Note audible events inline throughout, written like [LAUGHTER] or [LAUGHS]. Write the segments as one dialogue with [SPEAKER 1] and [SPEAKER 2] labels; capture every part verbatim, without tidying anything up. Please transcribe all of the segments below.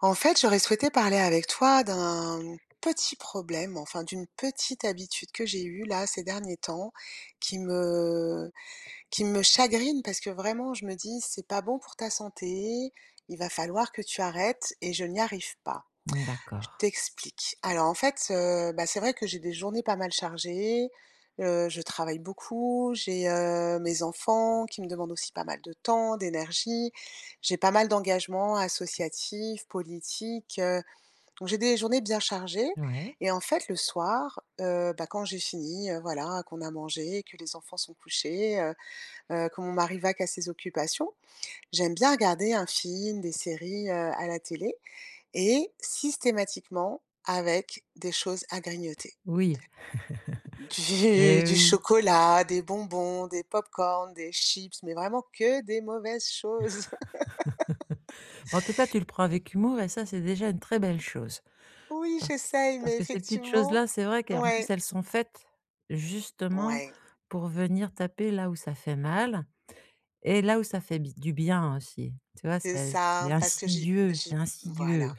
[SPEAKER 1] En fait, j'aurais souhaité parler avec toi d'un petit problème, enfin d'une petite habitude que j'ai eue là ces derniers temps, qui me qui me chagrine parce que vraiment je me dis: «C'est pas bon pour ta santé, il va falloir que tu arrêtes» et je n'y arrive pas.
[SPEAKER 2] Mmh,
[SPEAKER 1] Je
[SPEAKER 2] d'accord.
[SPEAKER 1] t'explique. Alors en fait, heu, bah, c'est vrai que j'ai des journées pas mal chargées, heu, je travaille beaucoup, j'ai, heu, mes enfants qui me demandent aussi pas mal de temps, d'énergie. J'ai pas mal d'engagements associatifs, politiques, heu, donc j'ai des journées bien chargées
[SPEAKER 2] Ouais.
[SPEAKER 1] et en fait le soir, heu, bah, quand j'ai fini, heu, voilà, qu'on a mangé, que les enfants sont couchés, heu heu, que mon mari va qu'à ses occupations, j'aime bien regarder un film, des séries, heu, à la télé et systématiquement avec des choses à grignoter.
[SPEAKER 2] Oui.
[SPEAKER 1] Du
[SPEAKER 2] Eh
[SPEAKER 1] du
[SPEAKER 2] oui.
[SPEAKER 1] chocolat, des bonbons, des pop corn des chips, mais vraiment que des mauvaises choses. [LAUGHS]
[SPEAKER 2] En tout cas, tu le prends avec humour et ça, c'est déjà une très belle chose.
[SPEAKER 1] Oui,
[SPEAKER 2] Parce que
[SPEAKER 1] j'essaye,
[SPEAKER 2] parce
[SPEAKER 1] mais
[SPEAKER 2] que ces petites
[SPEAKER 1] effectivement
[SPEAKER 2] choses-là, c'est vrai qu'en plus,
[SPEAKER 1] ouais,
[SPEAKER 2] elles sont faites justement
[SPEAKER 1] ouais,
[SPEAKER 2] pour venir taper là où ça fait mal et là où ça fait bi du bien aussi. Tu vois?
[SPEAKER 1] c'est
[SPEAKER 2] C'est c'est
[SPEAKER 1] ça, parce que j'ai
[SPEAKER 2] insidieux, c'est
[SPEAKER 1] j'ai
[SPEAKER 2] insidieux.
[SPEAKER 1] voilà.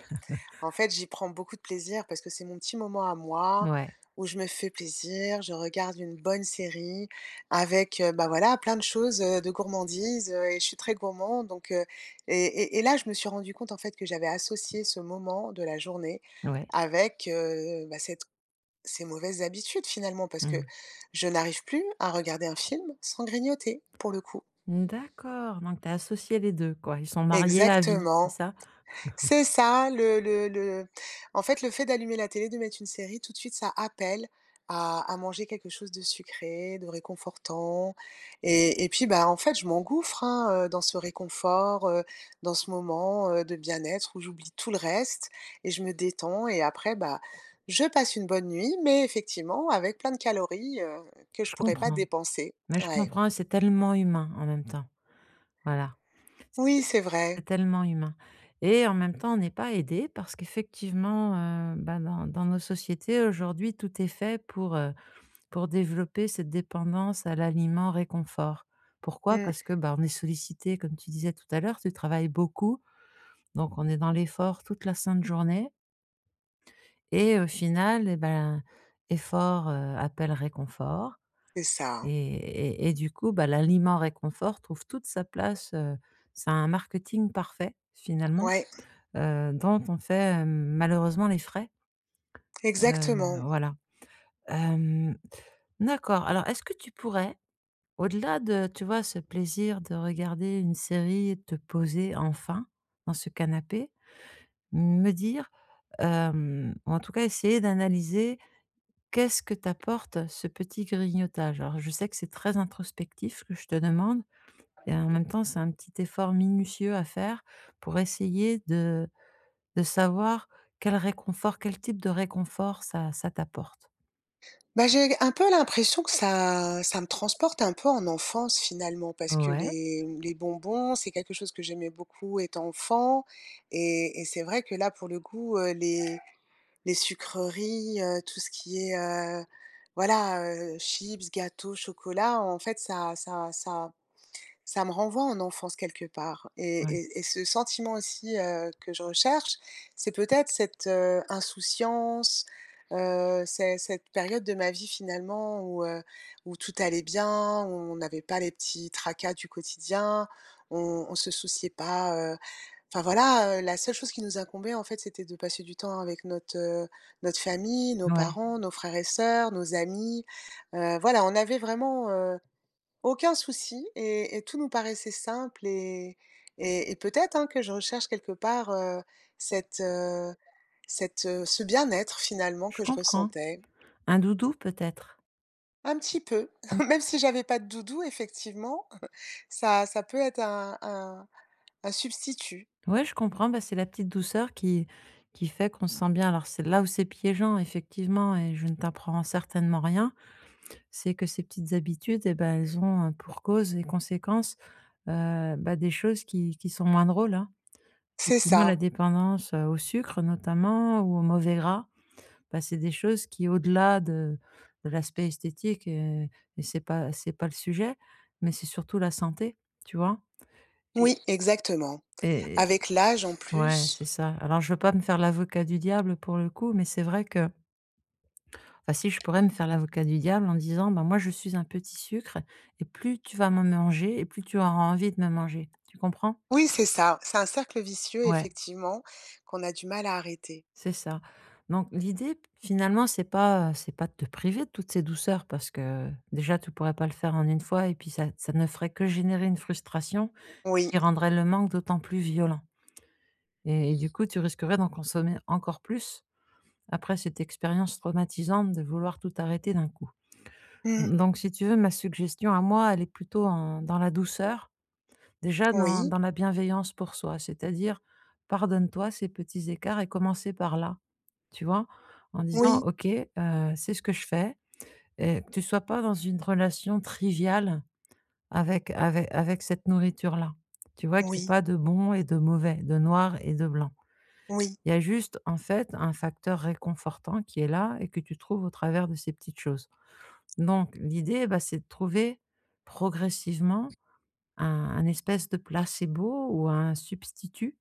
[SPEAKER 1] En fait, j'y prends beaucoup de plaisir parce que c'est mon petit moment à moi
[SPEAKER 2] Ouais,
[SPEAKER 1] où je me fais plaisir, je regarde une bonne série avec, heu, bah, voilà, plein de choses, heu, de gourmandise, heu, et je suis très gourmand, donc heu, et et et là, je me suis rendu compte, en fait, que j'avais associé ce moment de la journée
[SPEAKER 2] ouais.
[SPEAKER 1] avec, heu, bah, cette ces mauvaises habitudes, finalement, parce que
[SPEAKER 2] Mmh.
[SPEAKER 1] je n'arrive plus à regarder un film sans grignoter, pour le coup.
[SPEAKER 2] D'accord, donc tu as associé les deux quoi. Ils sont mariés à vie, c'est
[SPEAKER 1] Exactement.
[SPEAKER 2] ça?
[SPEAKER 1] C'est ça, le le le en fait, le fait d'allumer la télé, de mettre une série, tout de suite, ça appelle à à manger quelque chose de sucré, de réconfortant et et puis, bah, en fait, je m'engouffre, hein, heu, dans ce réconfort, heu, dans ce moment, heu, de bien-être où j'oublie tout le reste et je me détends et après, bah, je passe une bonne nuit, mais effectivement avec plein de calories, heu, que je
[SPEAKER 2] Je Mmh.
[SPEAKER 1] pourrais pas
[SPEAKER 2] comprends,
[SPEAKER 1] dépenser.
[SPEAKER 2] mais je
[SPEAKER 1] Ouais.
[SPEAKER 2] comprends, c'est tellement humain en même temps. Voilà.
[SPEAKER 1] Oui, c'est vrai.
[SPEAKER 2] C'est tellement humain et en même temps, on n'est pas aidé parce qu'effectivement, heu, bah, dans dans nos sociétés aujourd'hui, tout est fait pour, heu, pour développer cette dépendance à l'aliment réconfort. Pourquoi?
[SPEAKER 1] Mmh,
[SPEAKER 2] Parce que, bah, on est sollicité comme tu disais tout à l'heure, tu travailles beaucoup, donc on est dans l'effort toute la sainte journée et au final eh ben, effort, heu, appelle réconfort
[SPEAKER 1] c'est ça.
[SPEAKER 2] et et et du coup, bah, l'aliment réconfort trouve toute sa place, heu, c'est un marketing parfait finalement.
[SPEAKER 1] Ouais,
[SPEAKER 2] heu, dont on fait, heu, malheureusement les frais, heu,
[SPEAKER 1] exactement.
[SPEAKER 2] voilà. Hem, d'accord, alors est-ce que tu pourrais, au-delà de, tu vois, ce plaisir de regarder une série et de te poser enfin dans ce canapé, me dire, hem, ou en tout cas essayer d'analyser qu'est-ce que t'apporte ce petit grignotage? Alors je sais que c'est très introspectif ce que je te demande et en même temps c'est un petit effort minutieux à faire pour essayer de De savoir quel réconfort quel type de réconfort ça ça t'apporte.
[SPEAKER 1] Bah, j'ai un peu l'impression que ça ça me transporte un peu en enfance finalement parce que
[SPEAKER 2] Ouais,
[SPEAKER 1] les les bonbons, c'est quelque chose que j'aimais beaucoup étant enfant et et c'est vrai que là, pour le coup, heu, les les sucreries, heu, tout ce qui est, heu, voilà, heu, chips, gâteaux, chocolat, en fait, ça ça ça ça me renvoie en enfance quelque part et
[SPEAKER 2] ouais,
[SPEAKER 1] et et ce sentiment aussi, heu, que je recherche, c'est peut-être cette, heu, insouciance, heu, c'est cette période de ma vie finalement où, heu, où tout allait bien, où on n'avait pas les petits tracas du quotidien, on on se souciait pas, heu, enfin voilà, heu, la seule chose qui nous incombait en fait, c'était de passer du temps avec notre, heu, notre famille, nos
[SPEAKER 2] ouais,
[SPEAKER 1] parents, nos frères et sœurs, nos amis, heu, voilà, on avait vraiment, heu aucun souci et et tout nous paraissait simple et et et peut-être, hein, que je recherche quelque part, heu, cette, heu, cette, heu, ce bien-être finalement
[SPEAKER 2] je
[SPEAKER 1] que je
[SPEAKER 2] comprends.
[SPEAKER 1] ressentais.
[SPEAKER 2] Un doudou peut-être?
[SPEAKER 1] Un petit peu,
[SPEAKER 2] Mmh.
[SPEAKER 1] [LAUGHS] même si j'avais pas de doudou effectivement, [LAUGHS] ça ça peut être un un un substitut.
[SPEAKER 2] Ouais, je comprends, bah, c'est la petite douceur qui qui fait qu'on se sent bien. Alors c'est là où c'est piégeant effectivement et je ne t'apprends certainement rien, c'est que ces petites habitudes et ben elles ont, heu, pour cause et conséquence, heu, bah, des choses qui qui sont moins drôles, hein.
[SPEAKER 1] C'est
[SPEAKER 2] Effectivement la
[SPEAKER 1] ça.
[SPEAKER 2] dépendance, heu, au sucre notamment ou au mauvais gras. Bah, c'est des choses qui au-delà de de l'aspect esthétique et et c'est pas c'est pas le sujet, mais c'est surtout la santé, tu vois? Et
[SPEAKER 1] Oui, exactement.
[SPEAKER 2] et
[SPEAKER 1] Avec l'âge en
[SPEAKER 2] ouais,
[SPEAKER 1] plus.
[SPEAKER 2] c'est ça. Alors je veux pas me faire l'avocat du diable pour le coup, mais c'est vrai que enfin si je pourrais me faire l'avocat du diable en disant: «Bah, moi je suis un petit sucre et plus tu vas me manger et plus tu auras envie de me manger». Tu comprends?
[SPEAKER 1] Oui, c'est ça, c'est un cercle vicieux
[SPEAKER 2] Ouais.
[SPEAKER 1] effectivement qu'on a du mal à arrêter.
[SPEAKER 2] C'est ça. Donc l'idée, finalement, c'est pas, c'est pas de te priver de toutes ces douceurs parce que, déjà, tu pourrais pas le faire en une fois et puis ça ça ne ferait que générer une frustration
[SPEAKER 1] Oui.
[SPEAKER 2] qui rendrait le manque d'autant plus violent et et du coup, tu risquerais d'en consommer encore plus après cette expérience traumatisante de vouloir tout arrêter d'un coup.
[SPEAKER 1] Mmh.
[SPEAKER 2] Donc si tu veux, ma suggestion à moi, elle est plutôt en dans la douceur, déjà dans
[SPEAKER 1] Oui.
[SPEAKER 2] dans la bienveillance pour soi, c'est-à-dire pardonne-toi ces petits écarts et commencer par là. Tu vois? En disant:
[SPEAKER 1] Oui.
[SPEAKER 2] «OK, heu, c'est ce que je fais» et que tu sois pas dans une relation triviale avec avec avec cette nourriture-là. Tu vois? Qu'il y a
[SPEAKER 1] Oui.
[SPEAKER 2] pas de bon et de mauvais, de noir et de blanc.
[SPEAKER 1] Oui.
[SPEAKER 2] Il y a juste, en fait, un facteur réconfortant qui est là et que tu trouves au travers de ces petites choses. Donc l'idée, bah, c'est de trouver progressivement un un espèce de placebo ou un substitut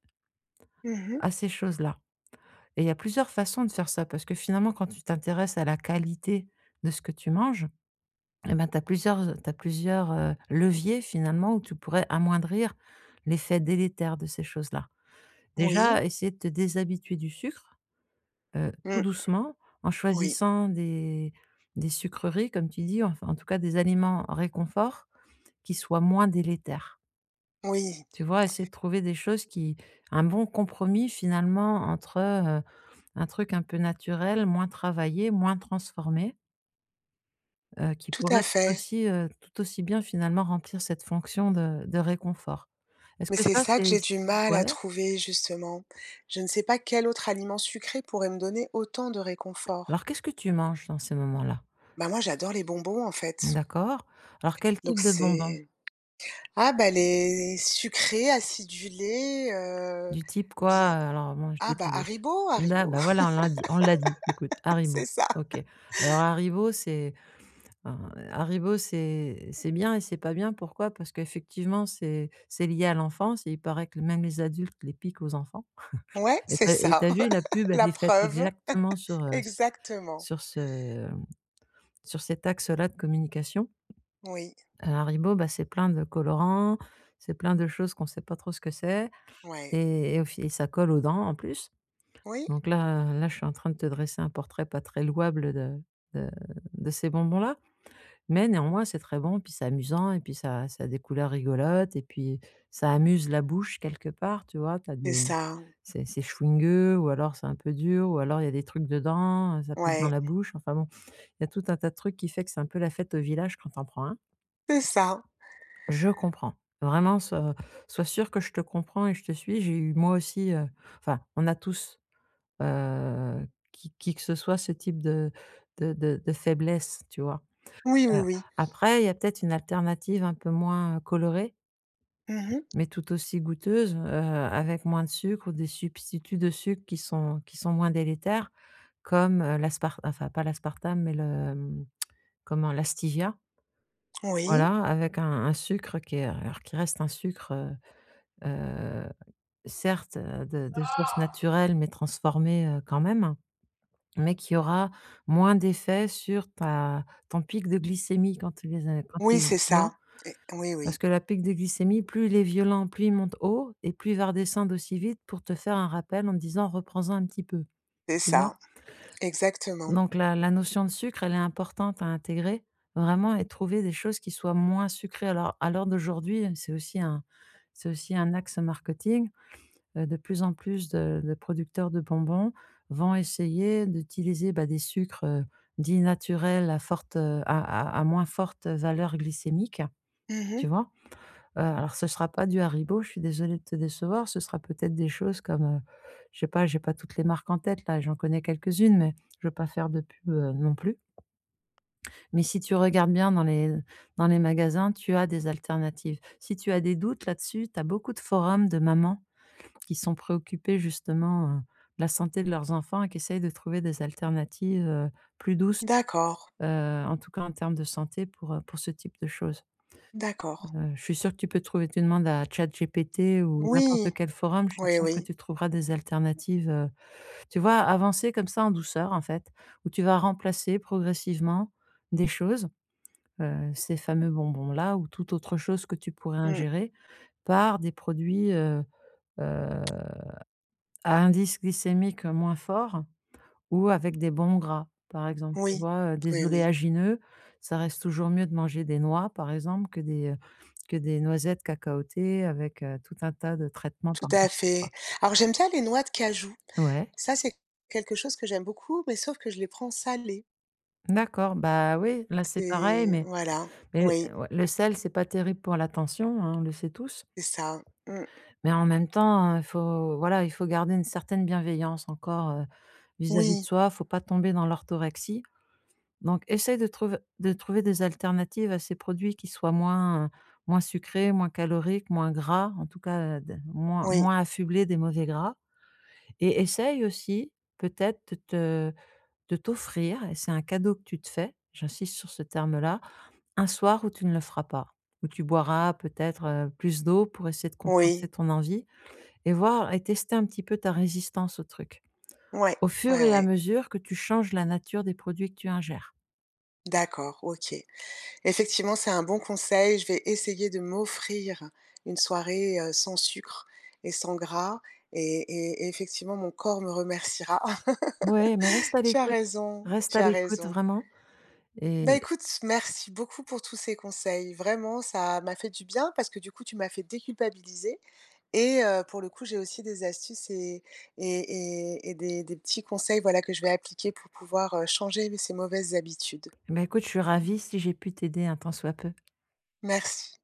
[SPEAKER 1] Mmh.
[SPEAKER 2] à ces choses-là. Et il y a plusieurs façons de faire ça, parce que finalement, quand tu t'intéresses à la qualité de ce que tu manges, eh ben, tu as plusieurs, t'as plusieurs, heu, leviers finalement où tu pourrais amoindrir l'effet délétère de ces choses-là.
[SPEAKER 1] Oui,
[SPEAKER 2] Déjà, essayer de te déshabituer du sucre, heu, tout
[SPEAKER 1] mmh,
[SPEAKER 2] doucement, en
[SPEAKER 1] oui,
[SPEAKER 2] choisissant des des sucreries comme tu dis, enfin en tout cas des aliments réconfort qui soient moins délétères.
[SPEAKER 1] oui,
[SPEAKER 2] Tu vois? Essayer de trouver des choses qui un bon compromis finalement entre, heu, un truc un peu naturel, moins travaillé, moins transformé, heu, qui
[SPEAKER 1] tout à
[SPEAKER 2] pourrait tout
[SPEAKER 1] fait.
[SPEAKER 2] aussi, heu, tout aussi bien finalement remplir cette fonction de de réconfort. Est-ce
[SPEAKER 1] Mais
[SPEAKER 2] que
[SPEAKER 1] c'est
[SPEAKER 2] ça
[SPEAKER 1] ça que
[SPEAKER 2] c'est
[SPEAKER 1] j'ai du mal à
[SPEAKER 2] ouais?
[SPEAKER 1] trouver justement. Je ne sais pas quel autre aliment sucré pourrait me donner autant de réconfort.
[SPEAKER 2] Alors qu'est-ce que tu manges dans ces moments-là?
[SPEAKER 1] Bah, moi j'adore les bonbons en fait,
[SPEAKER 2] D'accord. Alors quel
[SPEAKER 1] donc
[SPEAKER 2] type de bonbons?
[SPEAKER 1] c'est ah bah, les sucrés, acidulés, heu,
[SPEAKER 2] Du type quoi?
[SPEAKER 1] bien
[SPEAKER 2] Heu, alors bon, je
[SPEAKER 1] ah
[SPEAKER 2] vais te
[SPEAKER 1] bah,
[SPEAKER 2] dire.
[SPEAKER 1] Haribo,
[SPEAKER 2] Là,
[SPEAKER 1] Haribo,
[SPEAKER 2] bah, voilà, on l'a dit on l'a dit, écoute,
[SPEAKER 1] [LAUGHS]
[SPEAKER 2] Haribo.
[SPEAKER 1] c'est ça.
[SPEAKER 2] OK. Alors Haribo, c'est alors, heu, Haribo, c'est c'est bien et c'est pas bien. Pourquoi? Parce qu'effectivement, c'est c'est lié à l'enfance et il paraît que même les adultes les piquent aux enfants
[SPEAKER 1] Ouais,
[SPEAKER 2] et
[SPEAKER 1] c'est
[SPEAKER 2] t'as et
[SPEAKER 1] ça,
[SPEAKER 2] tu vu la pub,
[SPEAKER 1] [LAUGHS]
[SPEAKER 2] elle
[SPEAKER 1] la
[SPEAKER 2] est faite
[SPEAKER 1] preuve,
[SPEAKER 2] exactement sur, heu, s
[SPEAKER 1] exactement.
[SPEAKER 2] sur ce, sur cet axe-là de communication.
[SPEAKER 1] Oui,
[SPEAKER 2] Heu, Haribo, bah, c'est plein de colorants, c'est plein de choses qu'on sait pas trop ce que c'est
[SPEAKER 1] ouais,
[SPEAKER 2] et et au fi et ça colle aux dents, en plus.
[SPEAKER 1] oui,
[SPEAKER 2] Donc là là, je suis en train de te dresser un portrait pas très louable de de de ces bonbons-là. Mais néanmoins, c'est très bon, puis c'est amusant et puis ça ça a des couleurs rigolotes et puis ça amuse la bouche quelque part, tu vois? T'as
[SPEAKER 1] c'est
[SPEAKER 2] des
[SPEAKER 1] ça,
[SPEAKER 2] c'est c'est chewing-gum ou alors c'est un peu dur ou alors il y a des trucs dedans, heu, ça pète dans
[SPEAKER 1] ouais,
[SPEAKER 2] la bouche, enfin bon, il y a tout un tas de trucs qui fait que c'est un peu la fête au village quand t'en prends un.
[SPEAKER 1] c'est ça.
[SPEAKER 2] Je comprends. Vraiment, sois sois sûre que je te comprends et je te suis. J'ai eu moi aussi, heu, enfin, on a tous, heu, qui qui que ce soit, ce type de de de de faiblesse, tu vois?
[SPEAKER 1] Oui, oui,
[SPEAKER 2] Heu,
[SPEAKER 1] oui.
[SPEAKER 2] après, il y a peut-être une alternative un peu moins, heu, colorée,
[SPEAKER 1] Mmh.
[SPEAKER 2] mais tout aussi goûteuse, heu, avec moins de sucre ou des substituts de sucre qui sont qui sont moins délétères comme, heu, l'aspar enfin pas l'aspartame, mais le, hem, comment? La stevia,
[SPEAKER 1] Oui,
[SPEAKER 2] voilà, avec un un sucre qui est alors qui reste un sucre, heu heu, certes, heu, de de source naturelle, mais transformé, heu, quand même, mais qui aura moins d'effet sur ta ton pic de glycémie quand tu les as quand
[SPEAKER 1] oui,
[SPEAKER 2] tu
[SPEAKER 1] c'est
[SPEAKER 2] tu vois?
[SPEAKER 1] ça. Et oui, oui,
[SPEAKER 2] Parce que la pic de glycémie, plus il est violent, plus il monte haut et plus il va redescendre aussi vite pour te faire un rappel en te disant: «Reprends-en un petit peu»,
[SPEAKER 1] c'est
[SPEAKER 2] tu vois?
[SPEAKER 1] ça, exactement.
[SPEAKER 2] Donc la la notion de sucre, elle est importante à intégrer vraiment et trouver des choses qui soient moins sucrées. Alors à l'heure d'aujourd'hui, c'est aussi un c'est aussi un axe marketing, heu, de plus en plus de de producteurs de bonbons vont essayer d'utiliser, bah, des sucres, heu, dits naturels à forte, heu, à à à moins forte valeur glycémique, tu
[SPEAKER 1] Mmh.
[SPEAKER 2] vois? Heu, alors ce sera pas du Haribo, je suis désolée de te décevoir, ce sera peut-être des choses comme, heu, je sais pas, j'ai pas toutes les marques en tête là, j'en connais quelques-unes, mais je veux pas faire de pub, heu, non plus. Mais si tu regardes bien dans les dans les magasins, tu as des alternatives. Si tu as des doutes là-dessus, tu as beaucoup de forums de mamans qui sont préoccupées justement, heu, de la santé de leurs enfants et qui essayent de trouver des alternatives, heu, plus douces,
[SPEAKER 1] D'accord,
[SPEAKER 2] heu, en tout cas en termes de santé pour, heu, pour ce type de choses.
[SPEAKER 1] d'accord.
[SPEAKER 2] Heu, je suis sûre que tu peux trouver tu demandes à ChatGPT ou n'importe
[SPEAKER 1] Oui,
[SPEAKER 2] quel forum, je suis
[SPEAKER 1] oui,
[SPEAKER 2] sûre que
[SPEAKER 1] oui.
[SPEAKER 2] tu trouveras des alternatives, heu, tu vois? Avancer comme ça en douceur, en fait, où tu vas remplacer progressivement des choses, heu, ces fameux bonbons-là ou toute autre chose que tu pourrais
[SPEAKER 1] Mmh.
[SPEAKER 2] ingérer par des produits, heu heu, à indice glycémique moins fort ou avec des bons gras, par exemple, tu
[SPEAKER 1] Oui,
[SPEAKER 2] vois? Heu, des
[SPEAKER 1] oui, oui,
[SPEAKER 2] oléagineux, ça reste toujours mieux de manger des noix, par exemple, que des, heu, que des noisettes cacaotées avec, heu, tout un tas de traitements
[SPEAKER 1] tout à
[SPEAKER 2] par-dessus,
[SPEAKER 1] fait.
[SPEAKER 2] quoi.
[SPEAKER 1] Alors j'aime bien les noix de cajou.
[SPEAKER 2] Ouais,
[SPEAKER 1] Ça, c'est quelque chose que j'aime beaucoup, mais sauf que je les prends salées.
[SPEAKER 2] d'accord, bah, oui, là, c'est pareil,
[SPEAKER 1] C'est
[SPEAKER 2] mais
[SPEAKER 1] voilà,
[SPEAKER 2] mais
[SPEAKER 1] oui,
[SPEAKER 2] euh, ouais, le sel, c'est pas terrible pour la tension, hein, on le sait tous.
[SPEAKER 1] c'est ça. Mmh.
[SPEAKER 2] Mais en même temps, hein, il faut voilà, il faut garder une certaine bienveillance encore, heu, vis-à-vis de
[SPEAKER 1] Oui,
[SPEAKER 2] soi, faut pas tomber dans l'orthorexie. Donc essaye de trouv de trouver des alternatives à ces produits qui soient moins, euh, moins sucrés, moins caloriques, moins gras, en tout cas, heu, de moins
[SPEAKER 1] oui,
[SPEAKER 2] moins affublés des mauvais gras et essaye aussi peut-être de te de t'offrir et c'est un cadeau que tu te fais, j'insiste sur ce terme-là, un soir où tu ne le feras pas, où tu boiras peut-être, heu, plus d'eau pour essayer de compenser
[SPEAKER 1] oui,
[SPEAKER 2] ton envie et voir et tester un petit peu ta résistance au truc,
[SPEAKER 1] ouais,
[SPEAKER 2] au fur
[SPEAKER 1] ouais,
[SPEAKER 2] et à
[SPEAKER 1] ouais.
[SPEAKER 2] mesure que tu changes la nature des produits que tu ingères.
[SPEAKER 1] D'accord, OK. Effectivement, c'est un bon conseil. Je vais essayer de m'offrir une soirée, heu, sans sucre et sans gras et et et effectivement, mon corps me remerciera.
[SPEAKER 2] Ouais, mais reste à
[SPEAKER 1] [LAUGHS] Tu as
[SPEAKER 2] l'écoute.
[SPEAKER 1] raison,
[SPEAKER 2] Reste
[SPEAKER 1] tu
[SPEAKER 2] à
[SPEAKER 1] as
[SPEAKER 2] l'écoute
[SPEAKER 1] raison.
[SPEAKER 2] vraiment et
[SPEAKER 1] Bah, écoute, merci beaucoup pour tous ces conseils. Vraiment, ça m'a fait du bien parce que du coup, tu m'as fait déculpabiliser et heu, pour le coup, j'ai aussi des astuces et et et et des des petits conseils, voilà, que je vais appliquer pour pouvoir, heu, changer ces mauvaises habitudes.
[SPEAKER 2] bah, écoute, je suis ravie si j'ai pu t'aider un tant soit peu.
[SPEAKER 1] Merci.